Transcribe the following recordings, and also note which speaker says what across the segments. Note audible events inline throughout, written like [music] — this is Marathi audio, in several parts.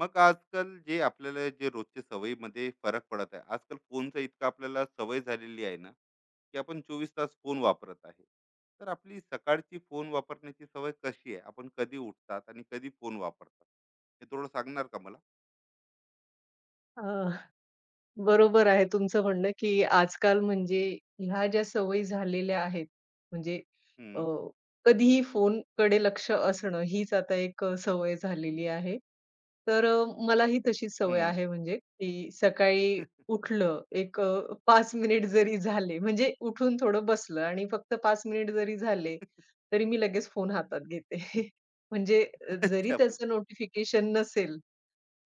Speaker 1: मग आजकाल जे आपल्याला जे रोजच्या सवयीमध्ये फरक पडत आहे. आजकाल फोनचा इतका आपल्याला सवय झालेली आहे ना, की आपण चोवीस तास फोन वापरत आहे. तर आपली सकाळची फोन वापरण्याची सवय कशी आहे? आपण कधी उठतात आणि कधी फोन वापरतात? हे थोडं सांगणार का मला?
Speaker 2: अ, बरोबर आहे तुमचं म्हणणं, की आजकाल म्हणजे ह्या ज्या सवयी झालेल्या आहेत, म्हणजे अ,
Speaker 1: हम्म.
Speaker 2: कधीही फोनकडे लक्ष असणं हीच आता एक सवय झालेली आहे. तर मलाही तशीच सवय
Speaker 1: हम्म.
Speaker 2: आहे म्हणजे, की सकाळी
Speaker 1: [laughs]
Speaker 2: उठलं एक 5 मिनिट जरी झाले, म्हणजे उठून थोडं बसलं आणि फक्त 5 मिनिट जरी झाले, तरी मी लगेच फोन हातात घेते. [laughs] म्हणजे जरी
Speaker 1: अच्छा, पण
Speaker 2: त्याचं नोटिफिकेशन नसेल,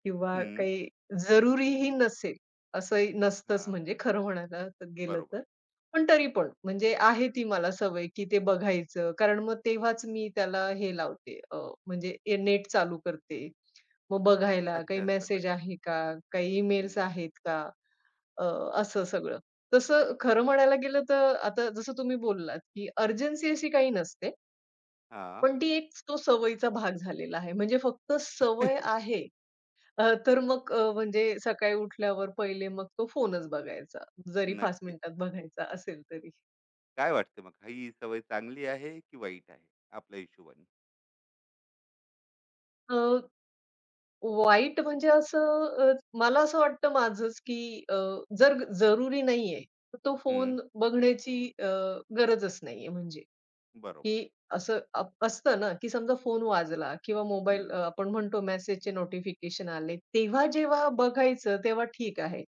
Speaker 2: किंवा
Speaker 1: हम्म,
Speaker 2: काही जरुरीही नसेल, असंही नसतंच
Speaker 1: हा,
Speaker 2: म्हणजे खरं म्हणायला तर गेलं
Speaker 1: बरोबर.
Speaker 2: तर. पण तरी पण म्हणजे आहे ती मला सवय, की ते बघायचं. कारण मग तेव्हाच मी त्याला हे लावते म्हणजे ए नेट चालू करते. मग बघायला काही
Speaker 1: अच्छा,
Speaker 2: मेसेज
Speaker 1: सकाळी
Speaker 2: आहे का? काही ईमेल्स
Speaker 1: हम्म,
Speaker 2: आहेत का? अ, असं सगळं. तसं खरं म्हणायला गेलं तर आता जसं तुम्ही बोललात, की अर्जन्सी अशी काही नसते.
Speaker 1: हा.
Speaker 2: पण ती एक तो सवयीचा भाग झालेला आहे. म्हणजे फक्त सवय
Speaker 1: [laughs]
Speaker 2: आहे. अ, तर मग अ, म्हणजे सकाळी उठल्यावर पहिले मग तो फोनच बघायचा. जरी 5
Speaker 1: नक्कीच.
Speaker 2: मिनिटात बघायचा असेल तरी.
Speaker 1: काय वाटते मग, ही सवय चांगली आहे की वाईट आहे आपल्या हिशोबाने?
Speaker 2: अ, वाईट म्हणजे मला असं वाटतं माझंच, की जर जरुरी नाहीये, तर तो
Speaker 1: हम्म.
Speaker 2: फोन बघण्याची गरजच नाहीये म्हणजे.
Speaker 1: बरोबर.
Speaker 2: की असतं ना, की समजा फोन वाजला किंवा मोबाईल
Speaker 1: हम्म.
Speaker 2: आपण म्हणतो मेसेजचे नोटिफिकेशन आले, तेव्हा जेव्हा बघायचं तेव्हा ठीक आहे.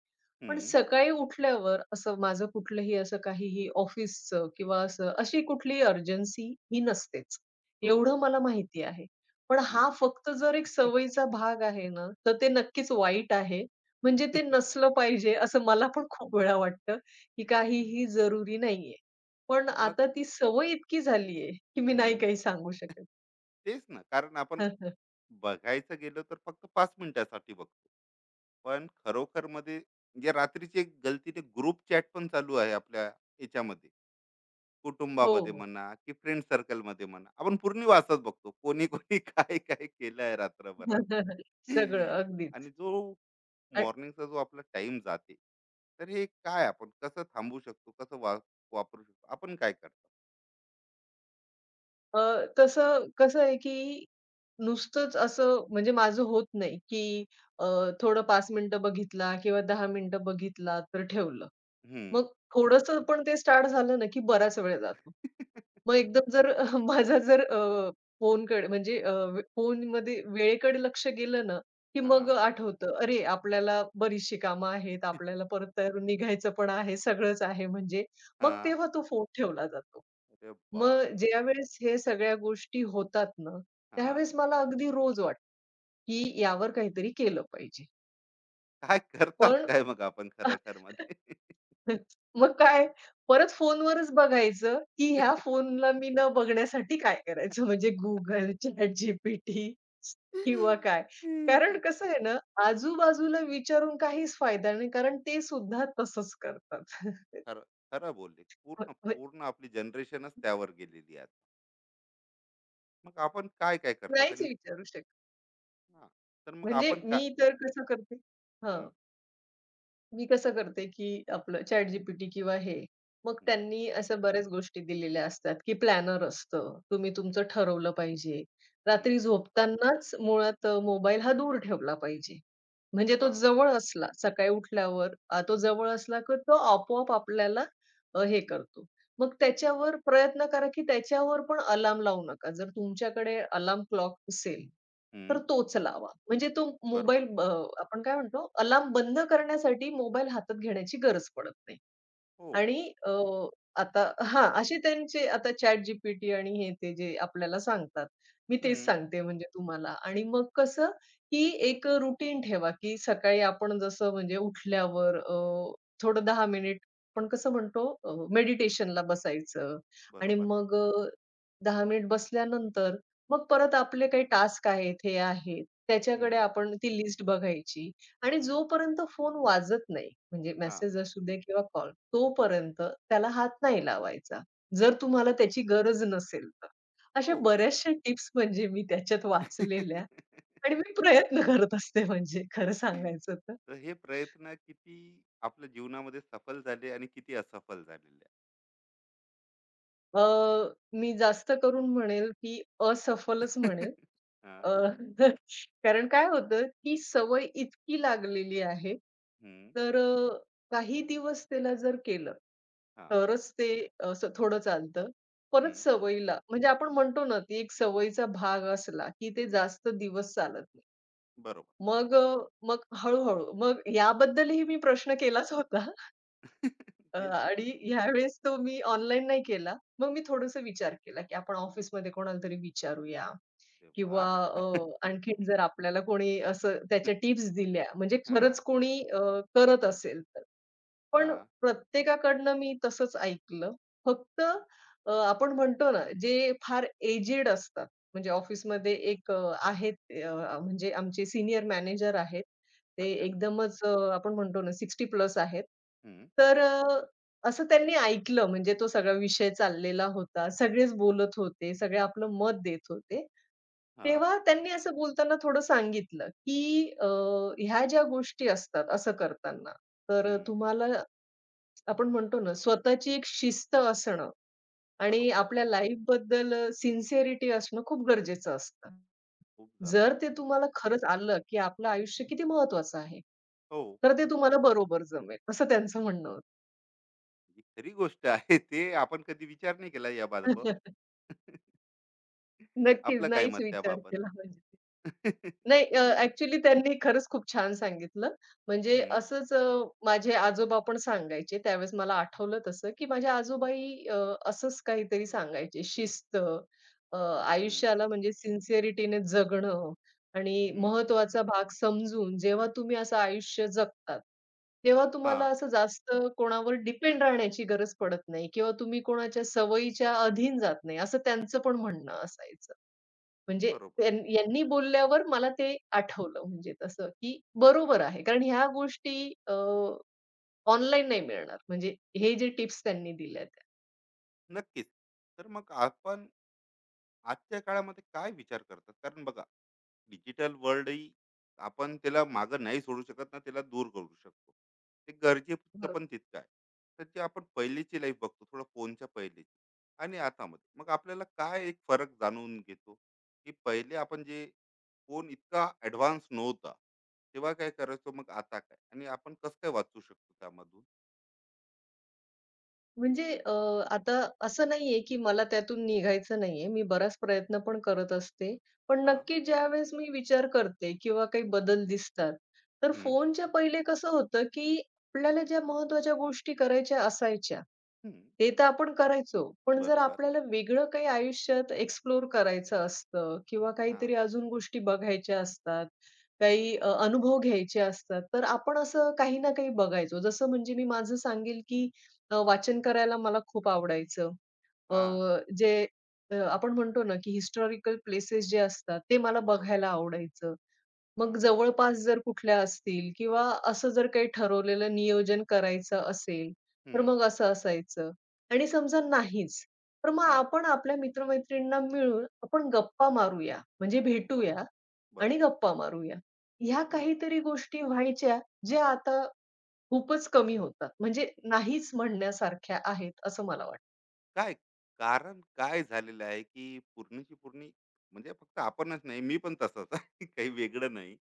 Speaker 2: पण
Speaker 1: हम्म.
Speaker 2: सकाळी उठल्यावर असं माझं कुठलंही असं काहीही ऑफिसचं किंवा असं अशी कुठलीही अर्जन्सी ही नसतेच.
Speaker 1: हो.
Speaker 2: एवढं मला माहिती आहे. पण हा
Speaker 1: हं.
Speaker 2: फक्त जर एक सवयीचा भाग आहे ना, तर ते नक्कीच वाईट आहे. म्हणजे ते
Speaker 1: [laughs]
Speaker 2: नसलं पाहिजे असं मला पण खूप वेळा वाटतं, की काहीही जरुरी नाहीये. पण
Speaker 1: मग
Speaker 2: आता ती सवय इतकी झाली आहे, की मी नाही
Speaker 1: हं.
Speaker 2: काही सांगू शकत.
Speaker 1: तेच ना, कारण आपण
Speaker 2: [laughs]
Speaker 1: बघायचं गेलो तर फक्त 5 मिनिटासाठी बघतो. पण खरोखरमध्ये जे रात्रीची एक गलतीने ग्रुप चॅट पण चालू आहे आपल्या याच्यामध्ये,
Speaker 2: हो,
Speaker 1: कुटुंबामध्ये
Speaker 2: हो.
Speaker 1: म्हणा की फ्रेंड सर्कलमध्ये म्हणा. आपण पूर्ण वाचत बघतो. कोणी, कोणी [laughs] काय-काय केलं आहे रात्रभरात.
Speaker 2: [laughs] सगळं
Speaker 1: आणि
Speaker 2: अगदीच.
Speaker 1: जो
Speaker 2: अ,
Speaker 1: मॉर्निंगचा जो आपला टाईम जाते, तर हे काय आपण कसं थांबवू शकतो? कसं वापरू शकतो? आपण काय करतो?
Speaker 2: अ, तसं कसं आहे, की नुसतंच असं म्हणजे माझं होत नाही, की अ, थोडं 5 मिनिटं बघितला किंवा 10 मिनिटं बघितला तर ठेवलं.
Speaker 1: हं.
Speaker 2: मग थोडंसं पण ते स्टार्ट झालं ना, की बराच वेळ जातो. मग एकदम जर [laughs] माझा जर फोनकडे फोनमध्ये वेळेकडे लक्ष गेलं ना, की मग
Speaker 1: हां.
Speaker 2: आठवतं, "अरे, आपल्याला बरीचशी कामं आहेत, आपल्याला परत तयारून निघायचं पण आहे, सगळंच आहे." म्हणजे मग
Speaker 1: हां.
Speaker 2: तेव्हा तो फोन ठेवला जातो.
Speaker 1: अरे बाप!
Speaker 2: मग ज्यावेळेस हे सगळ्या गोष्टी होतात ना,
Speaker 1: हां.
Speaker 2: त्यावेळेस मला अगदी रोज वाटतं, की यावर काहीतरी केलं पाहिजे.
Speaker 1: काय करतात
Speaker 2: पण
Speaker 1: काय मग आपण खरखर
Speaker 2: [laughs]
Speaker 1: मध्ये?
Speaker 2: [laughs] मग काय, परत फोनवरच बघायचं, की ह्या फोनला मी न बघण्यासाठी काय करायचं, [laughs] म्हणजे Google, जीपीटी, किंवा
Speaker 1: [laughs]
Speaker 2: काय. कारण कसं आहे ना, आजूबाजूला विचारून काहीच फायदा नाही, कारण ते सुद्धा तसंच करतात. [laughs]
Speaker 1: खरं, खरं बोलले.
Speaker 2: म्ह-
Speaker 1: पूर्ण,
Speaker 2: म्ह-
Speaker 1: पूर्ण आपली जनरेशनच त्यावर गेलेली आहे. मग आपण काय, काय करतात
Speaker 2: नाहीच
Speaker 1: आणि
Speaker 2: विचारू शकत.
Speaker 1: हां, तर मग
Speaker 2: म्हणजे
Speaker 1: आपण काय
Speaker 2: मी तर कसं करते. हां.
Speaker 1: हं,
Speaker 2: मी कसं करते, की आपलं ChatGPT किंवा हे. मग
Speaker 1: हं,
Speaker 2: त्यांनी अशा बऱ्याच गोष्टी दिलेल्या असतात, की प्लॅनर असतं. तुम्ही तुमचं ठरवलं पाहिजे. रात्री
Speaker 1: हं,
Speaker 2: झोपतानाच मुळात मोबाईल हा दूर ठेवला पाहिजे. म्हणजे तो
Speaker 1: हां,
Speaker 2: जवळ असला, सकाळी उठल्यावर तो जवळ असला, की तो आपोआप आपल्याला हे करतो. मग त्याच्यावर प्रयत्न करा, की त्याच्यावर पण अलार्म लावू नका. जर तुमच्याकडे अलार्म क्लॉक असेल
Speaker 1: हं,
Speaker 2: तर तोच लावा. म्हणजे तो
Speaker 1: बरोबर.
Speaker 2: मोबाईल, आपण काय म्हणतो अलार्म बंद करण्यासाठी मोबाईल हातात घेण्याची गरज पडत नाही.
Speaker 1: हो,
Speaker 2: आणि अ, आता हां, अशी त्यांचे आता ChatGPT आणि हे ते जे आपल्याला सांगतात. मी
Speaker 1: हं,
Speaker 2: तेच सांगते म्हणजे तुम्हाला आणि मग कसं, की एक रूटीन ठेवा, की सकाळी आपण जसं म्हणजे उठल्यावर थोडं 10 मिनिट आपण कसं म्हणतो, मेडिटेशनला बसायचं आणि
Speaker 1: बरोबर.
Speaker 2: मग 10 मिनिट बसल्यानंतर मग परत आपले काही टास्क आहेत, हे आहेत, त्याच्याकडे
Speaker 1: हं,
Speaker 2: आपण ती लिस्ट बघायची आणि जोपर्यंत फोन वाजत नाही, म्हणजे
Speaker 1: हां,
Speaker 2: मेसेज असू दे किंवा कॉल, तोपर्यंत त्याला हात नाही लावायचा, जर तुम्हाला त्याची गरज नसेल तर.
Speaker 1: हो.
Speaker 2: अशा बऱ्याचशा टिप्स म्हणजे मी त्याच्यात वाचलेल्या
Speaker 1: [laughs]
Speaker 2: आणि मी प्रयत्न करत असते म्हणजे खरं सांगायचं तर.
Speaker 1: तर हे प्रयत्न किती आपल्या जीवनामध्ये सफल झाले आणि किती असफल झालेले
Speaker 2: अ, मी जास्त करून म्हणेल, की
Speaker 1: आहे.
Speaker 2: असफलच म्हणेल.
Speaker 1: [laughs] हां,
Speaker 2: अ, [laughs] कारण काय होतं, ती सवय इतकी लागलेली आहे,
Speaker 1: हं,
Speaker 2: तर काही दिवस त्याला जर केलं
Speaker 1: हां.
Speaker 2: तरच ते असं थोडं चालतं. परत
Speaker 1: हं,
Speaker 2: सवयीला म्हणजे आपण म्हणतो ना, ती एक सवयीचा भाग असला, की ते जास्त दिवस चालत नाही.
Speaker 1: बरोबर.
Speaker 2: मग अ, मग हळू-हळू मग याबद्दलही मी प्रश्न केलाच होता,
Speaker 1: [laughs] तेच
Speaker 2: आणि ह्यावेळेस तो मी ऑनलाईन नाही केला. मग मी थोडासा विचार केला, की आपण ऑफिसमध्ये कोणाला तरी विचारूया
Speaker 1: ते
Speaker 2: किंवा
Speaker 1: वाह!
Speaker 2: अ, आणखीन जर आपल्याला कोणी असं त्याच्या टिप्स दिल्या म्हणजे खरंच
Speaker 1: हां,
Speaker 2: कोणी करत असेल, पण
Speaker 1: हां.
Speaker 2: प्रत्येकाकडनं मी तसंच ऐकलं. फक्त आपण म्हणतो ना, जे फार एजेड असतात, म्हणजे ऑफिसमध्ये एक आहेत, म्हणजे आमचे सीनियर मॅनेजर आहेत. ते
Speaker 1: अच्छा.
Speaker 2: एकदमच आपण म्हणतो ना 60 प्लस आहेत.
Speaker 1: हं,
Speaker 2: तर असं त्यांनी ऐकलं, म्हणजे तो सगळा विषय चाललेला होता. सगळेच बोलत होते, सगळे आपलं मत देत होते.
Speaker 1: हां,
Speaker 2: तेव्हा त्यांनी असं बोलताना थोडं सांगितलं, की ह्या ज्या गोष्टी असतात असं करताना, तर
Speaker 1: हं.
Speaker 2: तुम्हाला, आपण म्हणतो ना, स्वतःची एक शिस्त असणं आणि
Speaker 1: बरोबर.
Speaker 2: आपल्या लाईफबद्दल सिन्सिअरिटी असणं खूप गरजेचं असतं.
Speaker 1: खूप
Speaker 2: जर
Speaker 1: जास्त.
Speaker 2: ते तुम्हाला खरंच आलं, की आपलं आयुष्य किती महत्त्वाचं आहे,
Speaker 1: हो,
Speaker 2: तर ते तुम्हाला बरोबर जमेल, असं त्यांचं म्हणणं होतं.
Speaker 1: ही खरी गोष्ट आहे. ते आपण कधी विचार नाही केला याबाबत.
Speaker 2: [laughs] नक्कीच,
Speaker 1: आपलं काय
Speaker 2: नाहीच
Speaker 1: मत
Speaker 2: विचार
Speaker 1: त्याबाबत?
Speaker 2: केला म्हणजे.
Speaker 1: [laughs]
Speaker 2: नाही, ॲक्चुअली त्यांनी खरंच खूप छान सांगितलं. म्हणजे
Speaker 1: हं,
Speaker 2: माझे आजोबा पण सांगायचे. त्यावेळेस मला आठवलं तसं, की माझे आजोबाई असंच काहीतरी सांगायचे. शिस्त, अ,
Speaker 1: हं,
Speaker 2: आयुष्याला म्हणजे सिन्सिअरिटीने जगणं आणि
Speaker 1: हं.
Speaker 2: महत्त्वाचा भाग समजून जेव्हा तुम्ही असं आयुष्य जगतात, तेव्हा तुम्हाला
Speaker 1: हां,
Speaker 2: असं जास्त कोणावर डिपेंड राहण्याची गरज पडत नाही किंवा तुम्ही कोणाच्या सवयीच्या अधीन जात नाही, असं त्यांचं पण म्हणणं असायचं. म्हणजे
Speaker 1: बरोबर.
Speaker 2: यांनी बोलल्यावर मला ते आठवलं म्हणजे तसं, की बरोबर आहे. कारण ह्या गोष्टी ऑनलाईन नाही मिळणार. म्हणजे हे जे टिप्स त्यांनी दिल्या त्या.
Speaker 1: नक्कीच. तर मग आपण आजच्या काळामध्ये काय विचार करतात? कारण बघा, डिजिटल वर्ल्ड ही आपण त्याला मागं नाही सोडू शकत ना, त्याला दूर करू शकतो. ते गरजेचं
Speaker 2: बरोबर.
Speaker 1: पण तितकं आहे. तर जे आपण पहिलीची लाईफ बघतो, थोडं फोनच्या पहिलीची आणि आतामध्ये, मग आपल्याला काय एक फरक जाणून घेतो, की पहिले आपण जे फोन इतका ऍडव्हान्स नव्हता तेव्हा काय करायचो, मग आता काय, आणि आपण कसं काय वाचू शकतो त्यामधून.
Speaker 2: म्हणजे अ, आता असं नाहीये, की मला त्यातून निघायचं नाहीये. मी बराच प्रयत्न पण करत असते. पण
Speaker 1: हा.
Speaker 2: नक्की ज्यावेळेस मी विचार करते किंवा काही बदल दिसतात, तर
Speaker 1: हम्म,
Speaker 2: फोनच्या पहिले कसं होतं, की आपल्याला ज्या महत्त्वाच्या गोष्टी करायच्या असायच्या
Speaker 1: हम्म,
Speaker 2: हे तर आपण करायचो. पण जर
Speaker 1: बरोबर.
Speaker 2: आपल्याला वेगळं काही आयुष्यात एक्सप्लोर करायचं असतं किंवा
Speaker 1: हा.
Speaker 2: काहीतरी अजून गोष्टी बघायच्या असतात,
Speaker 1: हम्म,
Speaker 2: काही अनुभव घ्यायचे असतात, तर आपण असं काही ना काही बघायचो. जसं म्हणजे मी माझं सांगेल, की वाचन
Speaker 1: नक्कीच.
Speaker 2: करायला मला खूप आवडायचं. अ,
Speaker 1: हा,
Speaker 2: जे आपण म्हणतो ना, की हिस्टॉरिकल प्लेसेस जे असतात, ते मला
Speaker 1: बरोबर.
Speaker 2: बघायला आवडायचं.
Speaker 1: हा,
Speaker 2: मग जवळपास जर कुठल्या असतील किंवा असं जर काही ठरवलेलं नियोजन करायचं असेल, तर
Speaker 1: हम्म,
Speaker 2: मग असं असायचं. आणि समजा नाहीच, तर मग
Speaker 1: हा,
Speaker 2: आपण आपल्या मित्र-मैत्रिणींना मिळून आपण गप्पा मारूया, म्हणजे
Speaker 1: वा,
Speaker 2: भेटूया आणि
Speaker 1: बरोबर.
Speaker 2: गप्पा मारूया. ह्या काहीतरी गोष्टी व्हायच्या, ज्या आता खूपच कमी होतात. म्हणजे नाहीच म्हणण्यासारख्या आहेत, असं मला वाटतं.
Speaker 1: काय, कारण काय झालेलं आहे की पूर्णीची म्हणजे फक्त आपणच नाही, मी पण तसाच आहे. [laughs] काही वेगळं नाही.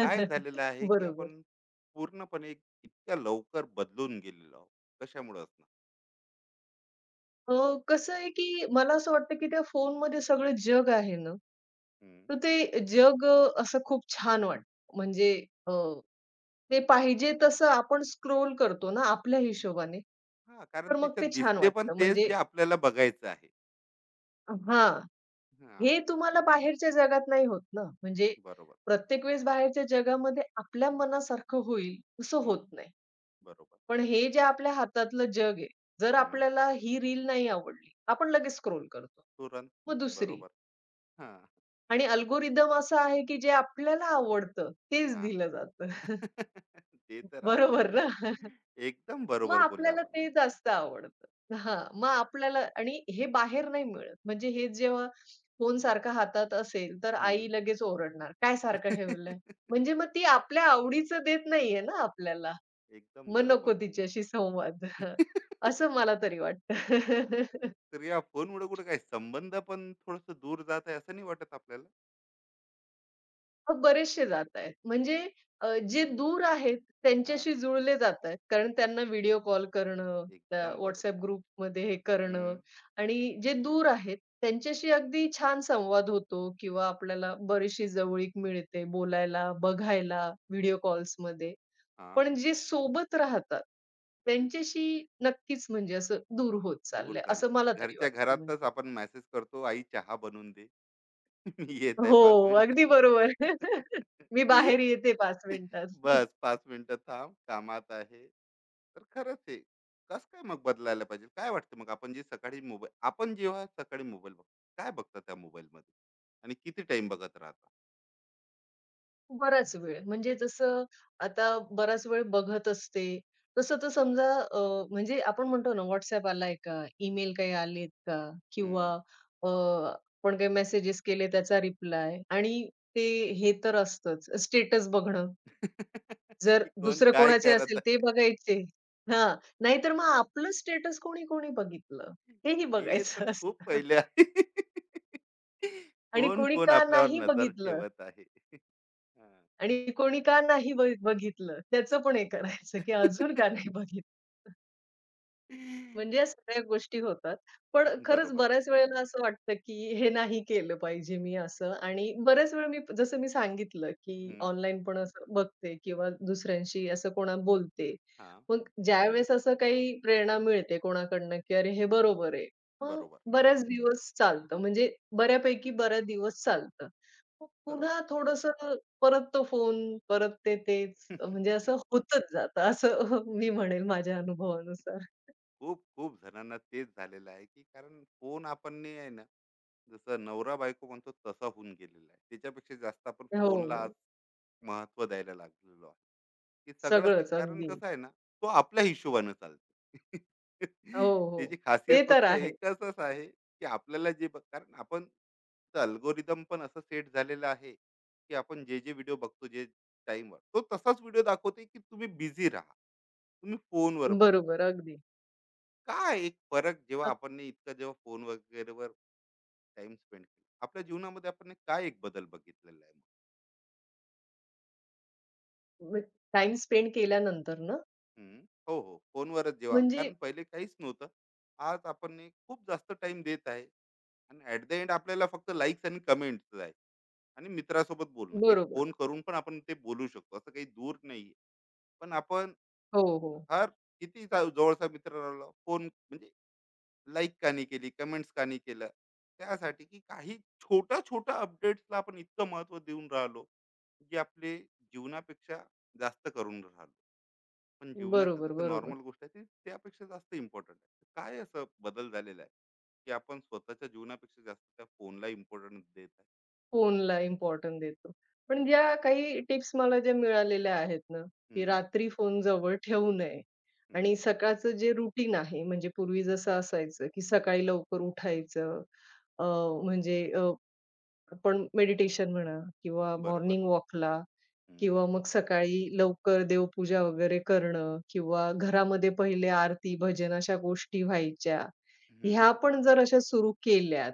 Speaker 1: काय झालेलं आहे की
Speaker 2: बरोबर.
Speaker 1: आपण पूर्णपणे इतक्या लवकर बदलून गेलेलो आहोत. कशामुळे असणार?
Speaker 2: अ, कसं आहे, की मला असं वाटतं, की त्या फोनमध्ये सगळं जग आहे ना,
Speaker 1: हम्म.
Speaker 2: तर ते जग असं खूप छान वाटतं. म्हणजे अ, ते पाहिजे तसं आपण स्क्रोल करतो ना आपल्या हिशोबाने,
Speaker 1: हा, कारण
Speaker 2: तर मग
Speaker 1: तिच्या
Speaker 2: ते छान
Speaker 1: दिसते पण
Speaker 2: वाटतं.
Speaker 1: तेच
Speaker 2: म्हणजे
Speaker 1: जे आपल्याला बघायचं आहे.
Speaker 2: हां,
Speaker 1: हा,
Speaker 2: हे तुम्हाला बाहेरच्या जगात नाही होत ना. म्हणजे
Speaker 1: बरोबर.
Speaker 2: प्रत्येक वेळेस बाहेरच्या जगामध्ये आपल्या मनासारखं होईल असं
Speaker 1: हम्म,
Speaker 2: होत नाही.
Speaker 1: बरोबर.
Speaker 2: पण हे जे आपल्या हातातलं जग आहे, जर
Speaker 1: हम्म,
Speaker 2: आपल्याला ही रील नाही आवडली, आपण लगेच स्क्रोल करतो.
Speaker 1: तुरंत.
Speaker 2: मग दुसरी.
Speaker 1: बरोबर. हा.
Speaker 2: आणि अल्गोरिदम असं आहे, की जे आपल्याला आवडतं तेच
Speaker 1: हा.
Speaker 2: दिलं जातं. [laughs]
Speaker 1: [laughs] ते तर आहे.
Speaker 2: बरोबर ना?
Speaker 1: एकदम
Speaker 2: मग
Speaker 1: बरोबर बोलले
Speaker 2: आपल्याला
Speaker 1: आपण
Speaker 2: ते
Speaker 1: आणखी.
Speaker 2: जास्त आवडतं. हां, मग आपल्याला आणि हे बाहेर नाही मिळत. म्हणजे हे जेव्हा फोन सारखा हातात असेल, तर
Speaker 1: हम्म.
Speaker 2: आई लगेच ओरडणार, "काय सारखं ठेवलंय?"
Speaker 1: [laughs]
Speaker 2: म्हणजे मग ती आपल्या आवडीचं देत नाहीये ना आपल्याला.
Speaker 1: एकदम
Speaker 2: मग नको
Speaker 1: बरोबर.
Speaker 2: तिच्याशी संवाद. [laughs] असं
Speaker 1: [laughs]
Speaker 2: मला तरी वाटतं. [laughs]
Speaker 1: तर या फोनमुळे कुठे काय संबंध पण थोडस दूर जात आहे असं नाही वाटत आपल्याला?
Speaker 2: मग बरेचसे जातायत. जे
Speaker 1: हम्म,
Speaker 2: दूर आहेत
Speaker 1: हा,
Speaker 2: त्यांच्याशी जुळले जातायत. कारण त्यांना व्हिडिओ कॉल करणं, त्या
Speaker 1: एकदम
Speaker 2: WhatsApp
Speaker 1: बरोबर.
Speaker 2: ग्रुपमध्ये हे करणं
Speaker 1: हम्म,
Speaker 2: आणि जे दूर आहेत त्यांच्याशी अगदी छान संवाद होतो किंवा आपल्याला बरीचशी जवळीक मिळते बोलायला, बघायला व्हिडिओ कॉल्समध्ये.
Speaker 1: हा.
Speaker 2: पण जे सोबत राहतात त्यांच्याशी नक्कीच म्हणजे असं दूर होत
Speaker 1: दूर
Speaker 2: चाललंय, असं मला
Speaker 1: चाललंय,
Speaker 2: तरी
Speaker 1: घरच्या
Speaker 2: वाटतं
Speaker 1: घरातच
Speaker 2: म्हणजे.
Speaker 1: आपण मेसेज करतो, आई चहा बनवून दे. [laughs] मी येत आहे
Speaker 2: हो,
Speaker 1: पाच
Speaker 2: अगदी
Speaker 1: मिनिटात.
Speaker 2: बरोबर. [laughs] मी बाहेर येते 5
Speaker 1: [laughs]
Speaker 2: मिनिटात.
Speaker 1: बस पाच मिनिटं थांब, कामात आहे. तर खरंच आहे. कस काय मग बदलायला पाहिजे, काय वाटतं मग? आपण जे सकाळी मोबाईल, आपण जेव्हा सकाळी मोबाईल बघतो, काय बघता त्या मोबाईल मध्ये आणि किती टाइम बघत
Speaker 2: बराच वेळ. म्हणजे जसं आता बराच वेळ बघत असते. तसं तर समजा, म्हणजे आपण म्हणतो ना WhatsApp आलाय का? ईमेल काही आलेत का? किंवा
Speaker 1: राहता,
Speaker 2: अ, आपण काही मेसेजेस केले त्याचा रिप्लाय आणि ते, हे तर असतंच स्टेटस बघणं. जर
Speaker 1: की कोण
Speaker 2: दुसरं
Speaker 1: काय
Speaker 2: कोणाचे
Speaker 1: करत
Speaker 2: असेल ते
Speaker 1: आहे?
Speaker 2: बघायचे. हां. नाहीतर मग आपलं स्टेटस कोणी-कोणी बघितलं, हेही
Speaker 1: हे तर
Speaker 2: बघायचं
Speaker 1: खूप
Speaker 2: असतं.
Speaker 1: पहिले
Speaker 2: [laughs]
Speaker 1: आहे. [laughs]
Speaker 2: आणि
Speaker 1: कोण
Speaker 2: कोणी
Speaker 1: कोण
Speaker 2: का
Speaker 1: आपल्यावर
Speaker 2: नाही
Speaker 1: नजर
Speaker 2: बघितलं,
Speaker 1: ठेवत आहे? हा.
Speaker 2: आणि कोणी का नाही बघितलं, त्याचं पण हे करायचं, की अजून का नाही बघितलं? म्हणजे
Speaker 1: [laughs]
Speaker 2: या सगळ्या गोष्टी होतात. पण खरंच
Speaker 1: बरोबर.
Speaker 2: बऱ्याच वेळेला असं वाटतं, की हे नाही केलं पाहिजे मी असं, आणि बऱ्याच वेळा मी जसं सांगितलं, की
Speaker 1: हम्म.
Speaker 2: ऑनलाईन पण असं बघते किंवा दुसऱ्यांशी असं कोणा बोलते.
Speaker 1: हा,
Speaker 2: मग ज्यावेळेस असं काही प्रेरणा मिळते कोणाकडनं, की "अरे, हे बरोबर आहे." मग
Speaker 1: बरोबर,
Speaker 2: बऱ्याच दिवस चालतं. म्हणजे बऱ्यापैकी बराच दिवस चालतं. मग
Speaker 1: बरोबर.
Speaker 2: पुन्हा थोडंसं परत तो फोन, परत ते तेच म्हणजे असं
Speaker 1: [laughs]
Speaker 2: होतच जातं असं [laughs] मी म्हणेल माझ्या अनुभवानुसार.
Speaker 1: खूप खूप जणांना तेच झालेलं आहे की कारण फोन आपण नाही आहे ना, जसं नवरा बायको म्हणतो तसा होऊन गेलेला आहे. त्याच्यापेक्षा जास्त आपण फोनला
Speaker 2: हो.
Speaker 1: महत्व द्यायला लागलेलो आहे. की सगळंच काही,
Speaker 2: सगळंच
Speaker 1: कारण
Speaker 2: अगदी.
Speaker 1: कसं आहे ना, तो आपल्या हिशोबानं चालतो. [laughs]
Speaker 2: हो,
Speaker 1: त्याची
Speaker 2: हो.
Speaker 1: खासियत
Speaker 2: ते तर
Speaker 1: फक्त
Speaker 2: आहे.
Speaker 1: एकचच आहे, की आपल्याला जे बघ- कारण आपण अल्गोरिदम पण असं सेट झालेलं आहे, की आपण जे व्हिडिओ बघतो जे टाईमवर, तो तसाच व्हिडिओ दाखवते, की तुम्ही बिझी राहा. तुम्ही फोनवर बघा.
Speaker 2: बरोबर अगदी.
Speaker 1: काय एक फरक जेव्हा
Speaker 2: अग
Speaker 1: आपण ने इतका जेव्हा फोन वगैरेवर टाईम स्पेंड केला, आपल्या जीवनामध्ये आपण ने काय एक बदल बघितलेला आहे?
Speaker 2: म्हणजे टाईम स्पेंड केल्यानंतर ना,
Speaker 1: हम्म, हो, हो. फोनवरच जेव्हा,
Speaker 2: म्हणजे
Speaker 1: कारण पहिले काहीच नव्हतं. आज आपण हे खूप जास्त टाइम देत आहे आणि ऍट द एंड आपल्याला फक्त लाईक्स आणि कमेंट्स आहे. आणि मित्रासोबत बोलणं एक
Speaker 2: बरोबर.
Speaker 1: फोन करून पण आपण ते बोलू शकतो, असं काही दूर नाही. पण आपण
Speaker 2: हो, हो.
Speaker 1: हर किती जा- जवळचा मित्र राहिला फोन म्हणजे, लाईक का नाही केली, कमेंट्स का नाही केलं, त्यासाठी की काही छोट्या छोट्या अपडेट्सला आपण इतकं महत्व देऊन राहिलो, जे आपले जीवनापेक्षा जास्त करून राहिलो. पण जीवनाचं
Speaker 2: बरोबर,
Speaker 1: जसं
Speaker 2: बरोबर.
Speaker 1: नॉर्मल गोष्ट आहे ती त्यापेक्षा जास्त इम्पॉर्टंट आहे. तर काय असं बदल झालेला आहे, की आपण स्वतःच्या जीवनापेक्षा जास्त त्या फोनला इम्पोर्टन्स देत आहे?
Speaker 2: फोनला इम्पोर्टन्स देतो. पण ज्या काही टिप्स मला ज्या मिळालेल्या आहेत ना, की
Speaker 1: हं,
Speaker 2: रात्री फोन जवळ ठेवू नये आणि
Speaker 1: हं.
Speaker 2: सकाळचं जे रुटीन आहे, म्हणजे पूर्वी जसं असायचं, की सकाळी लवकर उठायचं, अ, म्हणजे अ, आपण मेडिटेशन म्हणा किंवा
Speaker 1: बरोबर.
Speaker 2: मॉर्निंग वॉकला
Speaker 1: हं,
Speaker 2: किंवा मग सकाळी लवकर देवपूजा वगैरे करणं किंवा घरामध्ये पहिले आरती, भजन अशा गोष्टी व्हायच्या.
Speaker 1: हं.
Speaker 2: ह्या पण जर अशा सुरू केल्यात,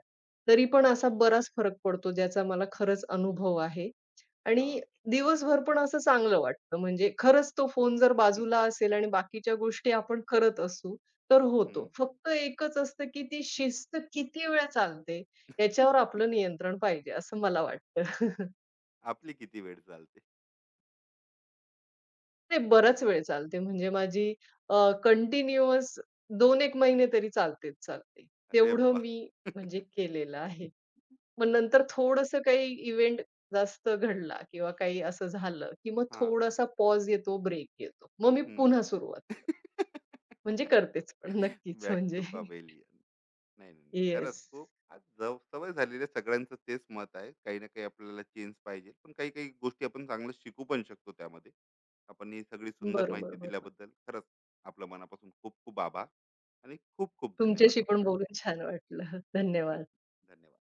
Speaker 2: तरी पण असा बराच फरक पडतो, ज्याचा मला खरंच अनुभव आहे आणि
Speaker 1: हां,
Speaker 2: दिवसभर पण असं चांगलं वाटतं. म्हणजे खरंच तो फोन जर बाजूला असेल आणि बाकीच्या गोष्टी आपण करत असू, तर
Speaker 1: हं.
Speaker 2: होतो. फक्त एकच असतं, की ती शिस्त किती वेळ चालते, याच्यावर आपलं
Speaker 1: [laughs]
Speaker 2: नियंत्रण पाहिजे, असं मला वाटतं. [laughs]
Speaker 1: आपली किती वेळ चालते?
Speaker 2: ते बराच वेळ चालते. अ, कंटिन्युअस 2-1 महिने तरी चालतेच चालते.
Speaker 1: अरे
Speaker 2: तेवढं
Speaker 1: वाह!
Speaker 2: मी म्हणजे
Speaker 1: [laughs]
Speaker 2: केलेलं आहे. मग नंतर
Speaker 1: नाही.
Speaker 2: थोडंसं काही इव्हेंट जास्त घडला किंवा काही असं झालं, की मग
Speaker 1: हां.
Speaker 2: थोडासा पॉज येतो, ब्रेक येतो. मग मी पुन्हा सुरुवात म्हणजे करतेच पण नक्कीच
Speaker 1: बॅक
Speaker 2: म्हणजे.
Speaker 1: To
Speaker 2: [laughs]
Speaker 1: pavilion. [laughs] नाही, नाही, नाही. खरंच
Speaker 2: येस.
Speaker 1: खूप आज जव सवय झालेली आहे, सगळ्यांचं तेच मत आहे. काही ना काही आपल्याला चेंज पाहिजे, पण काही काही गोष्टी आपण चांगलं शिकू पण शकतो त्यामध्ये. आपण ही सगळी सुंदर
Speaker 2: बरोबर,
Speaker 1: माहिती
Speaker 2: बरोबर.
Speaker 1: दिल्याबद्दल खरंच आपलं मनापासून खूप खूप आभार आणि खूप खूप धन्यवाद
Speaker 2: तुमच्याशी
Speaker 1: आपले.
Speaker 2: पण बोलून छान वाटलं.
Speaker 1: [laughs]
Speaker 2: धन्यवाद.
Speaker 1: धन्यवाद.